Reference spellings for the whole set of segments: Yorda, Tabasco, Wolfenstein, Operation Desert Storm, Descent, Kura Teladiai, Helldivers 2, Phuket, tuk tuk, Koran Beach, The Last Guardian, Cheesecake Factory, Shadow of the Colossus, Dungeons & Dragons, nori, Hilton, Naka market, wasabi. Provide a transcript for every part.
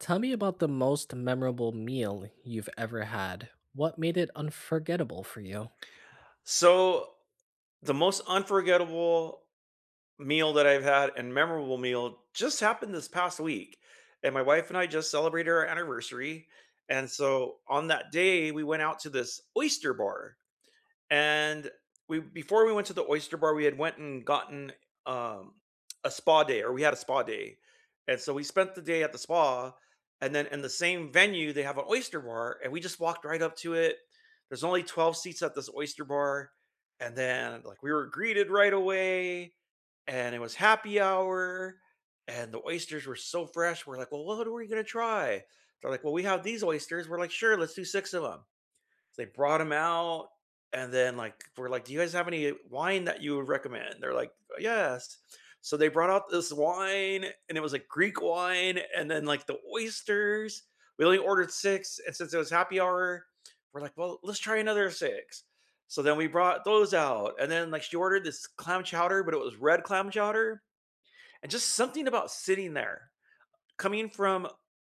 Tell me about the most memorable meal you've ever had. What made it unforgettable for you? So, the most unforgettable meal that I've had and memorable meal just happened this past week. And my wife and I just celebrated our anniversary. And so on that day, we went out to this oyster bar, and we before we went to the oyster bar we had went and gotten um a spa day or we had a spa day And so we spent the day at the spa, and then in the same venue they have an oyster bar, and we just walked right up to it. There's only 12 seats at this oyster bar, and then, like, we were greeted right away, and it was happy hour, and the oysters were so fresh. We're like, "Well, what are we going to try?" They're like, "Well, we have these oysters." We're like, "Sure, let's do six of them." So they brought him out. And then, like, we're like, "Do you guys have any wine that you would recommend?" They're like, "Yes." So they brought out this wine, and it was like Greek wine, and then, like, the oysters. We only ordered 6, and since it was happy hour, we're like, "Well, let's try another 6." So then we brought those out, and then, like, she ordered this clam chowder, but it was red clam chowder. And just something about sitting there, coming from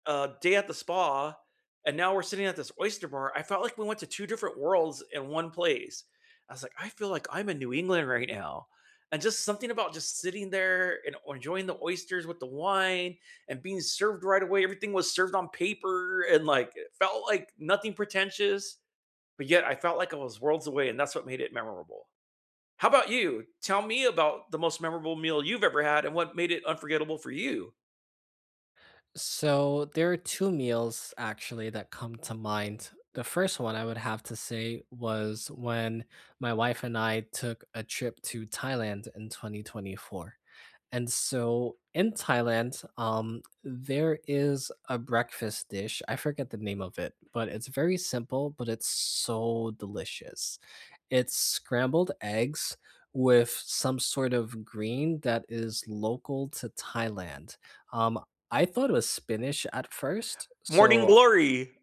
a day at the spa, and now we're sitting at this oyster bar, I felt like we went to 2 different worlds in one place. I was like, "I feel like I'm in New England right now." And just something about just sitting there and enjoying the oysters with the wine and being served right away, everything was served on paper and, like, it felt like nothing pretentious, but yet I felt like I was worlds away, and that's what made it memorable. How about you? Tell me about the most memorable meal you've ever had and what made it unforgettable for you. So, there are two meals actually that come to mind. The first one I would have to say was when my wife and I took a trip to Thailand in 2024. And so in Thailand, there is a breakfast dish. I forget the name of it, but it's very simple, but it's so delicious. It's scrambled eggs with some sort of green that is local to Thailand. Um, I thought it was spinach at first, Morning so glory.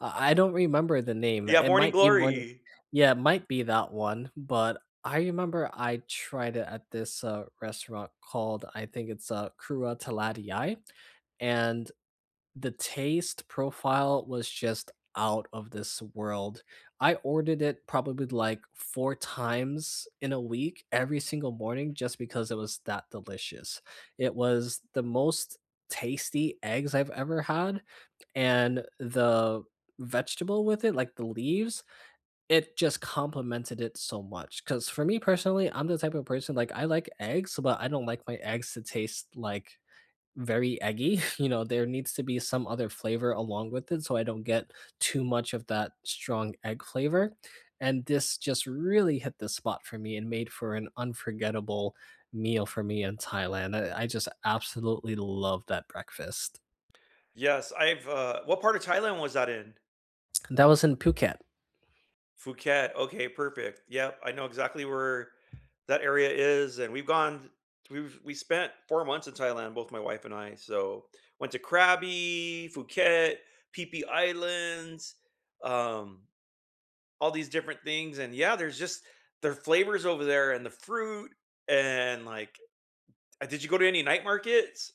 I don't remember the name. Yeah, It Morning might be more Glory. yeah, it might be that one, but I remember I tried it at this, restaurant called I think it's, Kura Teladiai, and the taste profile was just out of this world. I ordered it probably, like, 4 times in a week, every single morning, just because it was that delicious. It was the most tasty eggs I've ever had, and the vegetable with it, like the leaves, it just complemented it so much. Because for me personally, I'm the type of person like I like eggs, but I don't like my eggs to taste like very eggy. You know, there needs to be some other flavor along with it so I don't get too much of that strong egg flavor. And this just really hit the spot for me and made for an unforgettable meal for me in Thailand. I just absolutely love that breakfast. Yes, I've, what part of Thailand was that in? That was in Phuket. Phuket. Okay, perfect. Yep, I know exactly where that area is, and we've gone we've we spent 4 months in Thailand, both my wife and I, so went to Krabi, Phuket, Phi Phi Islands, um, all these different things. And yeah, there's just their flavors over there, and the fruit and, like, did you go to any night markets?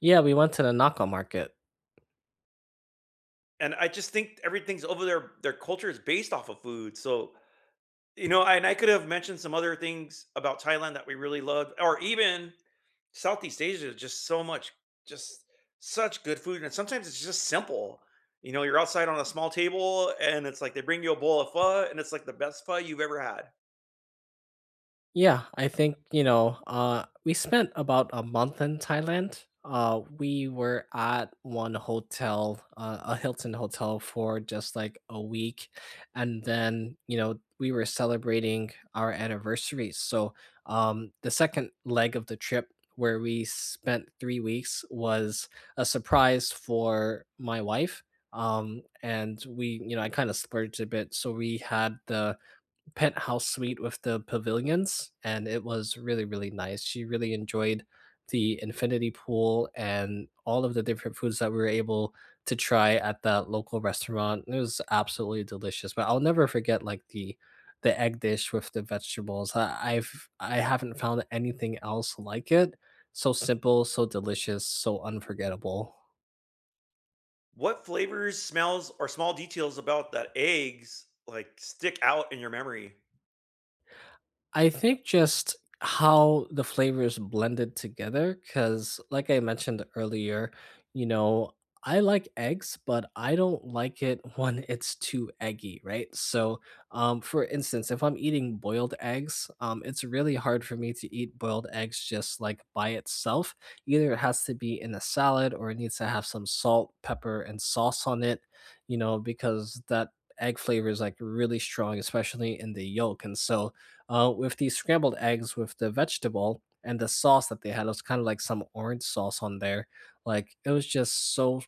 Yeah, we went to the Naka market. And I just think everything's over there, their culture is based off of food. So, you know, and I could have mentioned some other things about Thailand that we really loved, or even Southeast Asia, just so much, just such good food. And sometimes it's just simple. You know, you're outside on a small table and it's like they bring you a bowl of pho, and it's like the best pho you've ever had. Yeah, I think, you know, we spent about a month in Thailand. We were at one hotel, a Hilton hotel for just like a week and then, you know, we were celebrating our anniversary. So, the second leg of the trip where we spent 3 weeks was a surprise for my wife. And we, you know, I kind of splurged a bit, so we had the penthouse suite with the pavilions, and it was really, really nice. She really enjoyed the infinity pool and all of the different foods that we were able to try at that local restaurant. It was absolutely delicious. But I'll never forget like the egg dish with the vegetables. I haven't found anything else like it. So simple, so delicious, so unforgettable. What flavors, smells, or small details about that eggs like stick out in your memory? I think just how the flavors blended together, because like I mentioned earlier, you know, I like eggs, but I don't like it when it's too eggy, right? So, for instance, if I'm eating boiled eggs, it's really hard for me to eat boiled eggs just like by itself. Either it has to be in a salad or it needs to have some salt, pepper, and sauce on it, you know, because that egg flavor is like really strong, especially in the yolk. And so, with the scrambled eggs with the vegetable and the sauce that they had. It was kind of like some orange sauce on there. Like it was just so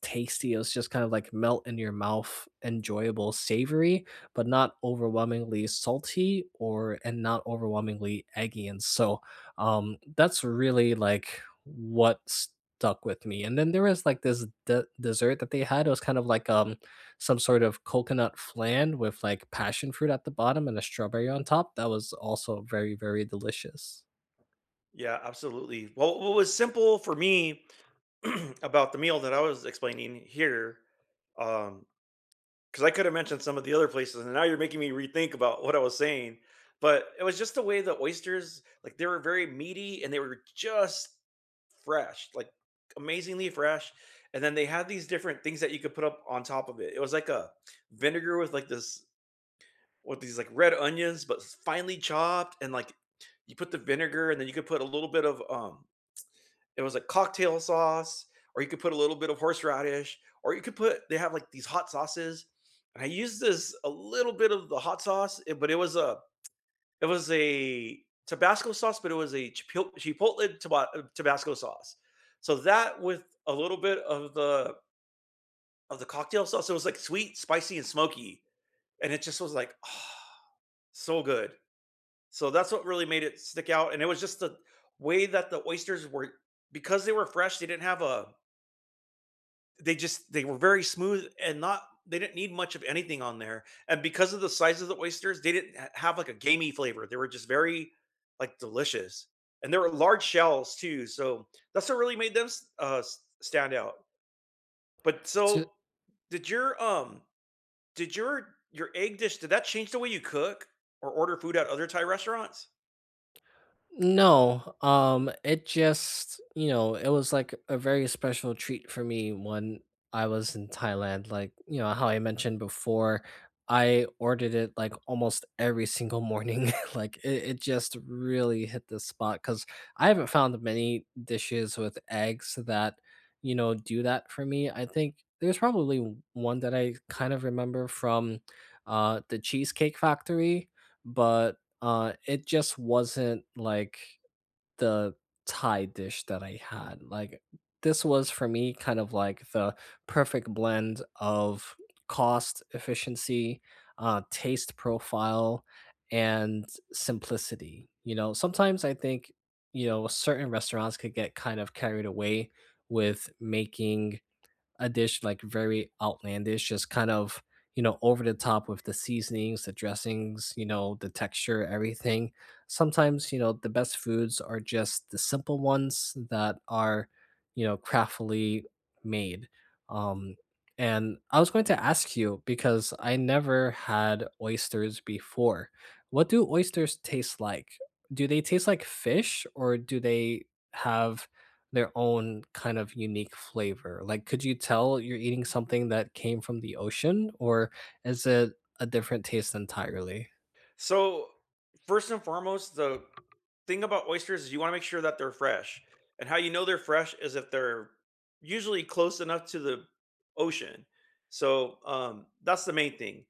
tasty. It was just kind of like melt in your mouth, enjoyable, savory, but not overwhelmingly salty or and not overwhelmingly eggy. And so that's really like what stuck with me. And then there was like this dessert that they had. It was kind of like some sort of coconut flan with like passion fruit at the bottom and a strawberry on top. That was also very, very delicious. Yeah, absolutely. Well, what was simple for me about the meal that I was explaining here, um, because I could have mentioned some of the other places, and now you're making me rethink about what I was saying. But it was just the way the oysters, like they were very meaty, and they were just fresh, like amazingly fresh. And then they had these different things that you could put up on top of it. It was like a vinegar with like this with these like red onions, but finely chopped, and, like, you put the vinegar, and then you could put a little bit of it was like cocktail sauce, or you could put a little bit of horseradish, or you could put, they have like these hot sauces. And I used this a little bit of the hot sauce, eh, but it was a Tabasco sauce, but it was a chipotle Tabasco sauce. So that with a little bit of the cocktail sauce, it was like sweet, spicy, and smoky, and it just was like, ah, so good. So that's what really made it stick out, and it was just the way that the oysters were, because they were fresh. They didn't have a they just they were very smooth, and not, they didn't need much of anything on there. And because of the size of the oysters, they didn't have like a gamey flavor. They were just very, like, delicious. And they were large shells too. So that's what really made them stand out. But So so did your did your egg dish, did that change the way you cook or order food at other Thai restaurants? no, it just, you know, it was like a very special treat for me when I was in Thailand. Like, you know, how I mentioned before, I ordered it like almost every single morning. It just really hit the spot because I haven't found many dishes with eggs that, you know, do that for me. I think there's probably one that I kind of remember from the Cheesecake Factory, but it just wasn't like the Thai dish that I had. Like this was for me kind of like the perfect blend of cost, efficiency, taste profile, and simplicity. You know, sometimes I think, you know, certain restaurants could get kind of carried away with making a dish like very outlandish, just kind of, you know, over the top with the seasonings, the dressings, you know, the texture, everything. Sometimes, you know, the best foods are just the simple ones that are, you know, craftily made. Um, and I was going to ask you because I never had oysters before. What do oysters taste like? Do they taste like fish or do they have their own kind of unique flavor. Like, could you tell you're eating something that came from the ocean, or is it a different taste entirely? So, first and foremost, the thing about oysters is you want to make sure that they're fresh. And how you know they're fresh is if they're usually close enough to the ocean. So, that's the main thing.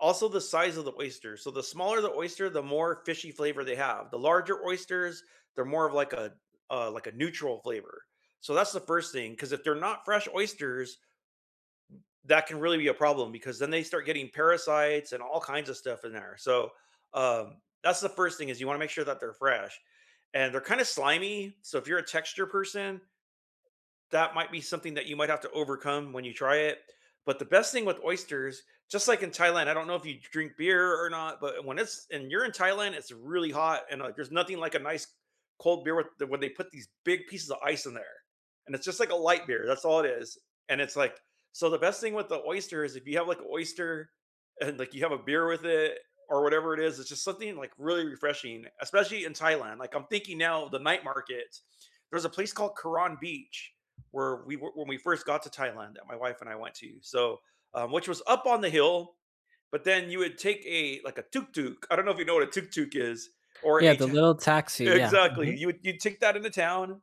Also, the size of the oyster. So, the smaller the oyster, the more fishy flavor they have. The larger oysters, they're more of like a neutral flavor. So that's the first thing. Because if they're not fresh oysters, that can really be a problem, because then they start getting parasites and all kinds of stuff in there. So, that's the first thing, is you want to make sure that they're fresh, and they're kind of slimy. So if you're a texture person, that might be something that you might have to overcome when you try it. But the best thing with oysters, just like in Thailand, I don't know if you drink beer or not, but when it's and you're in Thailand, it's really hot, and like there's nothing like a nice cold beer with the, when they put these big pieces of ice in there, and it's just like a light beer. That's all it is, and it's like, so. The best thing with the oyster is if you have like an oyster and like you have a beer with it or whatever it is, it's just something like really refreshing, especially in Thailand. Like I'm thinking now, of the night market. There's a place called Koran Beach where we were when we first got to Thailand that my wife and I went to. So, which was up on the hill, but then you would take a, like, a tuk tuk. I don't know if you know what a tuk tuk is or Yeah, a the little taxi, yeah. Mhm. exactly. You take that into town,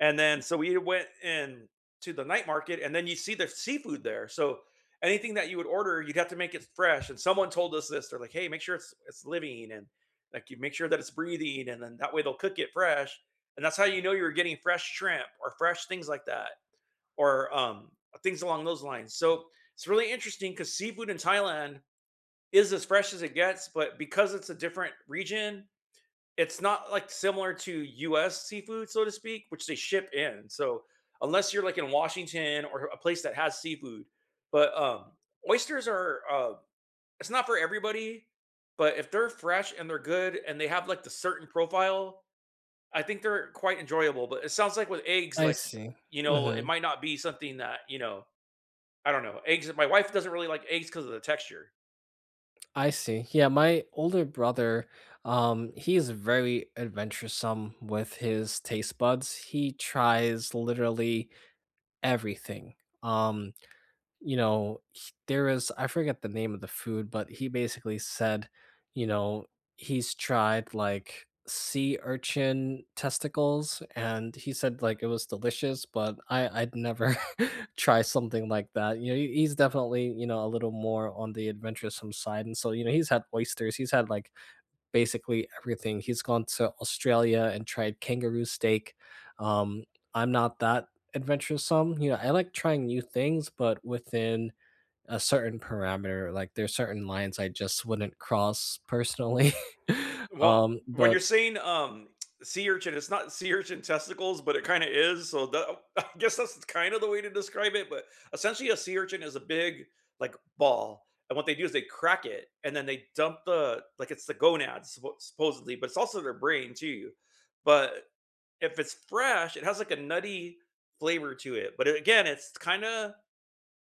and then so we went in to the night market, and then you see the seafood there. So anything that you would order, you'd have to make it fresh. And someone told us this. They're like, "Hey, make sure it's living, and like you make sure that it's breathing, and then that way they'll cook it fresh." And that's how you know you're getting fresh shrimp or fresh things like that, or things along those lines. So it's really interesting because seafood in Thailand is as fresh as it gets, but because it's a different region, it's not like similar to U.S. seafood, so to speak, which they ship in. So unless you're like in Washington or a place that has seafood, but oysters are it's not for everybody. But if they're fresh and they're good and they have like the certain profile, I think they're quite enjoyable. But it sounds like with eggs, I like, see. you know, it Mhm. might not be something that, you know, I don't know. Eggs, my wife doesn't really like eggs because of the texture. I see. Yeah, my older brother, he's very adventuresome with his taste buds. He tries literally everything. Um you know, there is I forget the name of the food, but he basically said, you know, he's tried like sea urchin testicles and he said like it was delicious, but I'd never try something like that. You know, he's definitely, you know, a little more on the adventuresome side. And so, you know, he's had oysters, he's had like basically everything. He's gone to Australia and tried kangaroo steak. Um, I'm not that adventuresome. You know, I like trying new things, but within a certain parameter. Like there's certain lines I just wouldn't cross personally. Well, when but you're saying, sea urchin, it's not sea urchin testicles, but it kinda is, so the I guess that's kind of the way to describe it, but essentially, a sea urchin is a big, like, ball, and what they do is they crack it, and then they dump the, like, it's the gonads supposedly, but it's also their brain too, but if it's fresh, it has, like, a nutty flavor to it, but again, it's kinda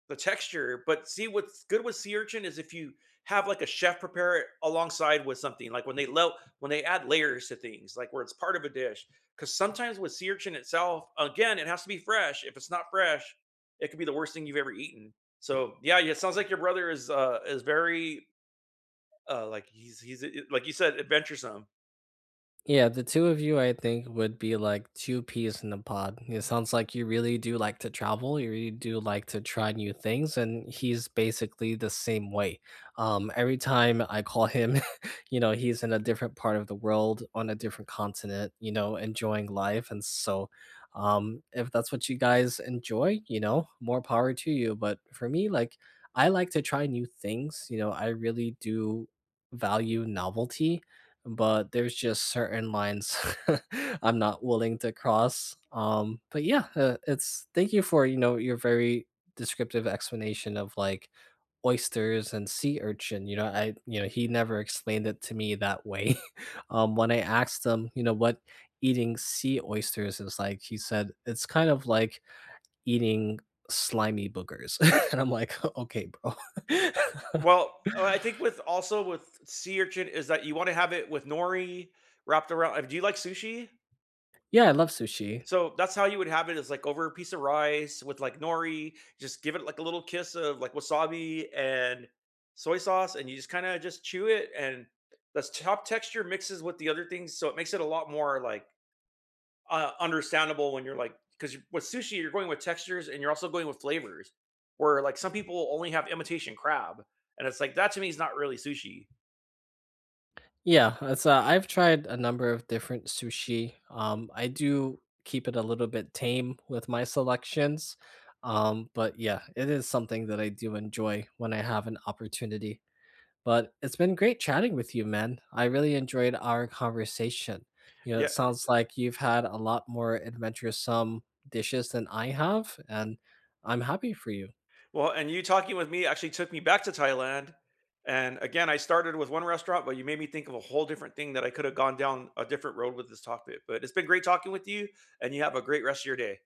the texture. But see, what's good with sea urchin is if you have like a chef prepare it alongside with something, like when they add layers to things, like where it's part of a dish. Because sometimes with sea urchin itself, again, it has to be fresh. If it's not fresh, it could be the worst thing you've ever eaten. So yeah, yeah, it sounds like your brother is very like he's like you said, adventuresome. Yeah, the two of you, I think, would be like two peas in a pod. It sounds like you really do like to travel. You really do like to try new things, and he's basically the same way. Every time I call him, you know, he's in a different part of the world, on a different continent, you know, enjoying life. And so, if that's what you guys enjoy, you know, more power to you. But for me, like, I like to try new things. You know, I really do value novelty but there's just certain lines I'm not willing to cross. But yeah, it's thank you for you know your very descriptive explanation of like oysters and sea urchin. You know, I you know he never explained it to me that way. When I asked him, you know, what eating sea oysters is like, he said it's kind of like eating slimy boogers, and I'm like, okay, bro. Well, I think with also with sea urchin is that you want to have it with nori wrapped around. Do you like sushi? Yeah, I love sushi. So that's how you would have it, is like over a piece of rice with like nori, just give it like a little kiss of like wasabi and soy sauce, and you just kind of just chew it. And the top texture mixes with the other things. So it makes it a lot more like understandable when you're like, because with sushi, you're going with textures, and you're also going with flavors, where like some people only have imitation crab. And it's like, that to me is not really sushi. Yeah, it's I've tried a number of different sushi. I do keep it a little bit tame with my selections. But yeah, it is something that I do enjoy when I have an opportunity. But it's been great chatting with you, man. I really enjoyed our conversation. You know, it Yeah. sounds like you've had a lot more adventuresome dishes than I have, and I'm happy for you. Well, and you talking with me actually took me back to Thailand. And again, I started with one restaurant, but you made me think of a whole different thing that I could have gone down a different road with this topic. But it's been great talking with you, and you have a great rest of your day.